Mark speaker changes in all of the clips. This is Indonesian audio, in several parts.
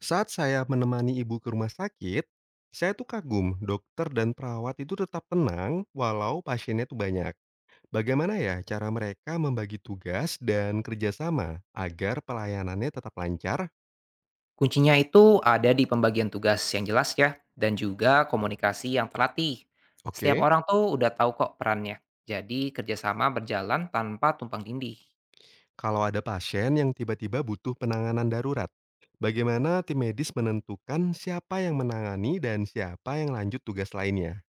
Speaker 1: Saat saya menemani ibu ke rumah sakit, saya tuh kagum dokter dan perawat itu tetap tenang walau pasiennya tuh banyak. Bagaimana ya cara mereka membagi tugas dan kerjasama agar pelayanannya tetap lancar?
Speaker 2: Kuncinya itu ada di pembagian tugas yang jelas ya, dan juga komunikasi yang terlatih. Setiap
Speaker 1: Oke,
Speaker 2: orang tuh udah tahu kok perannya, jadi kerjasama berjalan tanpa tumpang tindih.
Speaker 1: kalau ada pasien yang tiba-tiba butuh penanganan darurat, bagaimana tim medis menentukan siapa yang menangani dan siapa yang lanjut tugas lainnya?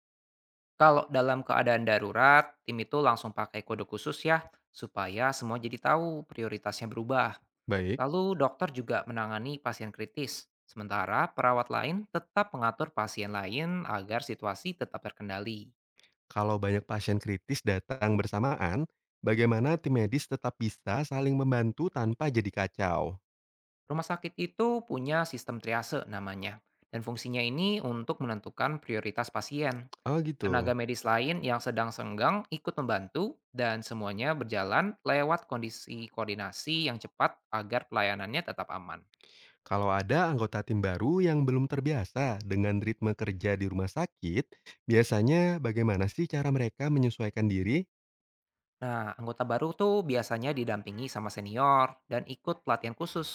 Speaker 2: Kalau dalam keadaan darurat, tim itu langsung pakai kode khusus ya, supaya semua jadi tahu prioritasnya berubah.
Speaker 1: Baik.
Speaker 2: Lalu dokter juga menangani pasien kritis, sementara perawat lain tetap mengatur pasien lain agar situasi tetap terkendali.
Speaker 1: Kalau banyak pasien kritis datang bersamaan, bagaimana tim medis tetap bisa saling membantu tanpa jadi kacau?
Speaker 2: Rumah sakit itu punya sistem triase namanya, dan fungsinya ini untuk menentukan prioritas pasien.
Speaker 1: Oh
Speaker 2: Tenaga
Speaker 1: gitu.
Speaker 2: medis lain yang sedang senggang ikut membantu dan semuanya berjalan lewat kondisi koordinasi yang cepat agar pelayanannya tetap aman.
Speaker 1: Kalau ada anggota tim baru yang belum terbiasa dengan ritme kerja di rumah sakit, biasanya bagaimana sih cara mereka menyesuaikan diri?
Speaker 2: Nah, anggota baru tuh biasanya didampingi sama senior dan ikut pelatihan khusus.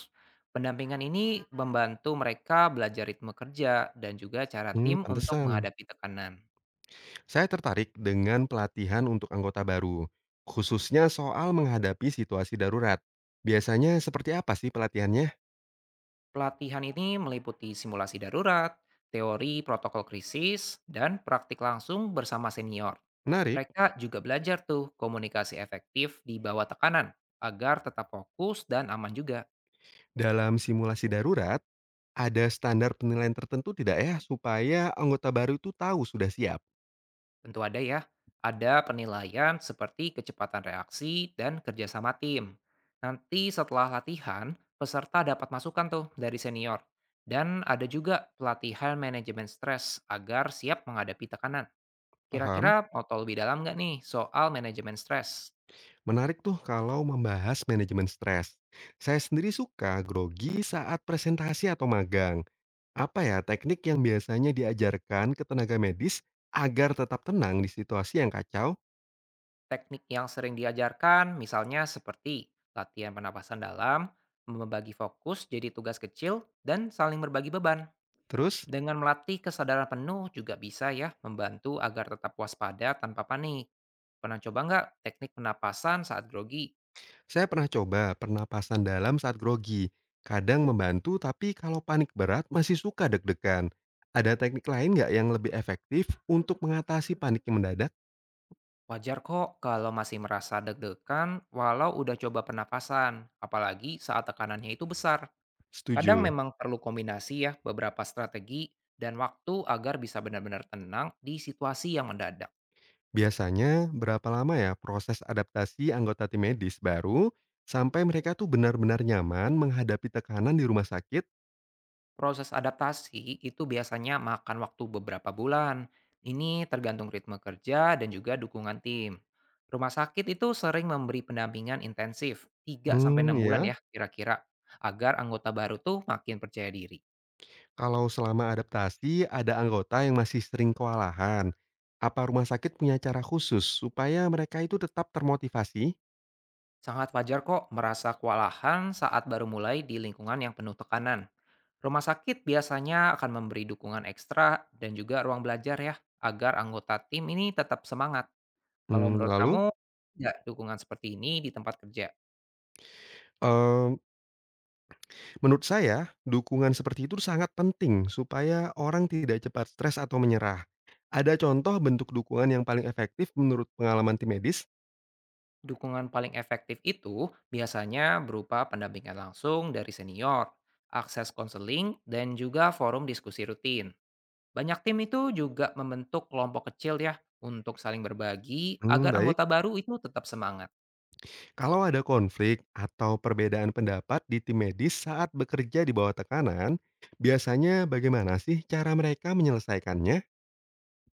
Speaker 2: Pendampingan ini membantu mereka belajar ritme kerja dan juga cara
Speaker 1: Hmm,
Speaker 2: tim untuk
Speaker 1: pantesan.
Speaker 2: menghadapi tekanan.
Speaker 1: Saya tertarik dengan pelatihan untuk anggota baru, khususnya soal menghadapi situasi darurat. Biasanya seperti apa sih pelatihannya?
Speaker 2: Pelatihan ini meliputi simulasi darurat, teori protokol krisis, dan praktik langsung bersama senior.
Speaker 1: Menarik.
Speaker 2: Mereka juga belajar tuh komunikasi efektif di bawah tekanan agar tetap fokus dan aman juga.
Speaker 1: Dalam simulasi darurat, ada standar penilaian tertentu tidak ya, supaya anggota baru itu tahu sudah siap?
Speaker 2: Tentu ada ya, ada penilaian seperti kecepatan reaksi dan kerjasama tim. Nanti setelah latihan, peserta dapat masukan tuh dari senior. Dan ada juga pelatihan manajemen stres agar siap menghadapi tekanan.
Speaker 1: Paham?
Speaker 2: Kira-kira mau tahu lebih dalam nggak nih soal manajemen stres?
Speaker 1: Menarik tuh kalau membahas manajemen stres. Saya sendiri suka grogi saat presentasi atau magang. Apa ya teknik yang biasanya diajarkan ke tenaga medis agar tetap tenang di situasi yang kacau?
Speaker 2: Teknik yang sering diajarkan misalnya seperti latihan pernapasan dalam, membagi fokus jadi tugas kecil, dan saling berbagi beban.
Speaker 1: Terus,
Speaker 2: Dengan melatih kesadaran penuh juga bisa ya membantu agar tetap waspada tanpa panik. Pernah coba nggak teknik penapasan saat grogi?
Speaker 1: saya pernah coba pernapasan dalam saat grogi. Kadang membantu, tapi kalau panik berat masih suka deg-degan. Ada teknik lain nggak yang lebih efektif untuk mengatasi panik yang mendadak?
Speaker 2: Wajar kok kalau masih merasa deg-degan walau udah coba pernapasan, apalagi saat tekanannya itu besar. Kadang
Speaker 1: Setuju.
Speaker 2: memang perlu kombinasi ya beberapa strategi dan waktu agar bisa benar-benar tenang di situasi yang mendadak.
Speaker 1: Biasanya berapa lama ya proses adaptasi anggota tim medis baru sampai mereka tuh benar-benar nyaman menghadapi tekanan di rumah sakit?
Speaker 2: Proses adaptasi itu biasanya makan waktu beberapa bulan. Ini tergantung ritme kerja dan juga dukungan tim. Rumah sakit itu sering memberi pendampingan intensif tiga sampai
Speaker 1: Hmm,
Speaker 2: enam bulan
Speaker 1: ya.
Speaker 2: ya kira-kira agar anggota baru tuh makin percaya diri.
Speaker 1: Kalau selama adaptasi ada anggota yang masih sering kewalahan, apa rumah sakit punya cara khusus supaya mereka itu tetap termotivasi?
Speaker 2: Sangat wajar kok merasa kewalahan saat baru mulai di lingkungan yang penuh tekanan. Rumah sakit biasanya akan memberi dukungan ekstra dan juga ruang belajar ya, agar anggota tim ini tetap semangat. Kalau
Speaker 1: Hmm,
Speaker 2: menurut
Speaker 1: lalu
Speaker 2: kamu, tidak dukungan seperti ini di tempat kerja.
Speaker 1: eh, menurut saya dukungan seperti itu sangat penting supaya orang tidak cepat stres atau menyerah. Ada contoh bentuk dukungan yang paling efektif menurut pengalaman tim medis?
Speaker 2: Dukungan paling efektif itu biasanya berupa pendampingan langsung dari senior, akses konseling, dan juga forum diskusi rutin. Banyak tim itu juga membentuk kelompok kecil ya untuk saling berbagi
Speaker 1: Hmm,
Speaker 2: agar
Speaker 1: baik.
Speaker 2: anggota baru itu tetap semangat.
Speaker 1: Kalau ada konflik atau perbedaan pendapat di tim medis saat bekerja di bawah tekanan, biasanya bagaimana sih cara mereka menyelesaikannya?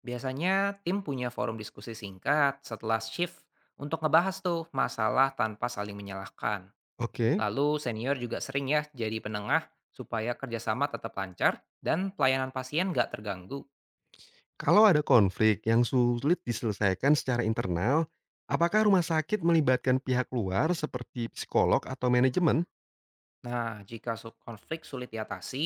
Speaker 2: Biasanya tim punya forum diskusi singkat setelah shift untuk ngebahas tuh masalah tanpa saling menyalahkan.
Speaker 1: Oke,
Speaker 2: Lalu senior juga sering ya jadi penengah supaya kerjasama tetap lancar dan pelayanan pasien nggak terganggu.
Speaker 1: kalau ada konflik yang sulit diselesaikan secara internal, apakah rumah sakit melibatkan pihak luar seperti psikolog atau manajemen?
Speaker 2: Nah, jika konflik sulit diatasi,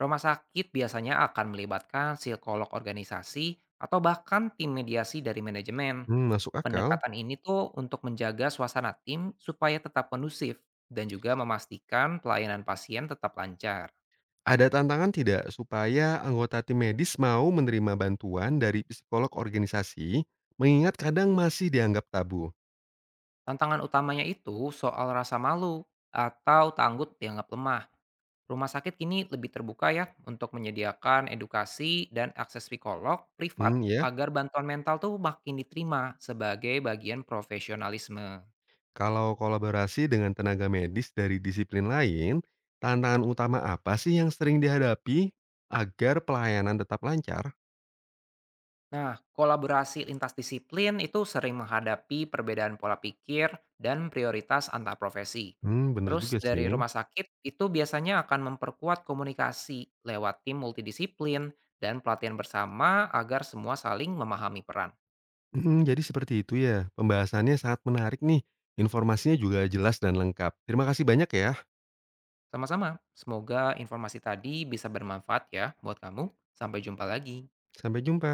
Speaker 2: rumah sakit biasanya akan melibatkan psikolog organisasi atau bahkan tim mediasi dari manajemen.
Speaker 1: Hmm, masuk akal.
Speaker 2: Pendekatan ini tuh untuk menjaga suasana tim supaya tetap kondusif dan juga memastikan pelayanan pasien tetap lancar.
Speaker 1: Ada tantangan tidak supaya anggota tim medis mau menerima bantuan dari psikolog organisasi, mengingat kadang masih dianggap tabu?
Speaker 2: Tantangan utamanya itu soal rasa malu atau tanggut dianggap lemah. Rumah sakit kini lebih terbuka ya untuk menyediakan edukasi dan akses psikolog privat
Speaker 1: Hmm, ya.
Speaker 2: agar bantuan mental tuh makin diterima sebagai bagian profesionalisme.
Speaker 1: Kalau kolaborasi dengan tenaga medis dari disiplin lain, tantangan utama apa sih yang sering dihadapi agar pelayanan tetap lancar?
Speaker 2: Nah, kolaborasi lintas disiplin itu sering menghadapi perbedaan pola pikir dan prioritas antar profesi.
Speaker 1: Hmm, bener
Speaker 2: Terus
Speaker 1: juga
Speaker 2: dari
Speaker 1: sih.
Speaker 2: rumah sakit itu biasanya akan memperkuat komunikasi lewat tim multidisiplin dan pelatihan bersama agar semua saling memahami peran.
Speaker 1: Hmm, jadi seperti itu ya. Pembahasannya sangat menarik nih. Informasinya juga jelas dan lengkap. Terima kasih banyak ya.
Speaker 2: Sama-sama, semoga informasi tadi bisa bermanfaat ya buat kamu. Sampai jumpa lagi.
Speaker 1: Sampai jumpa.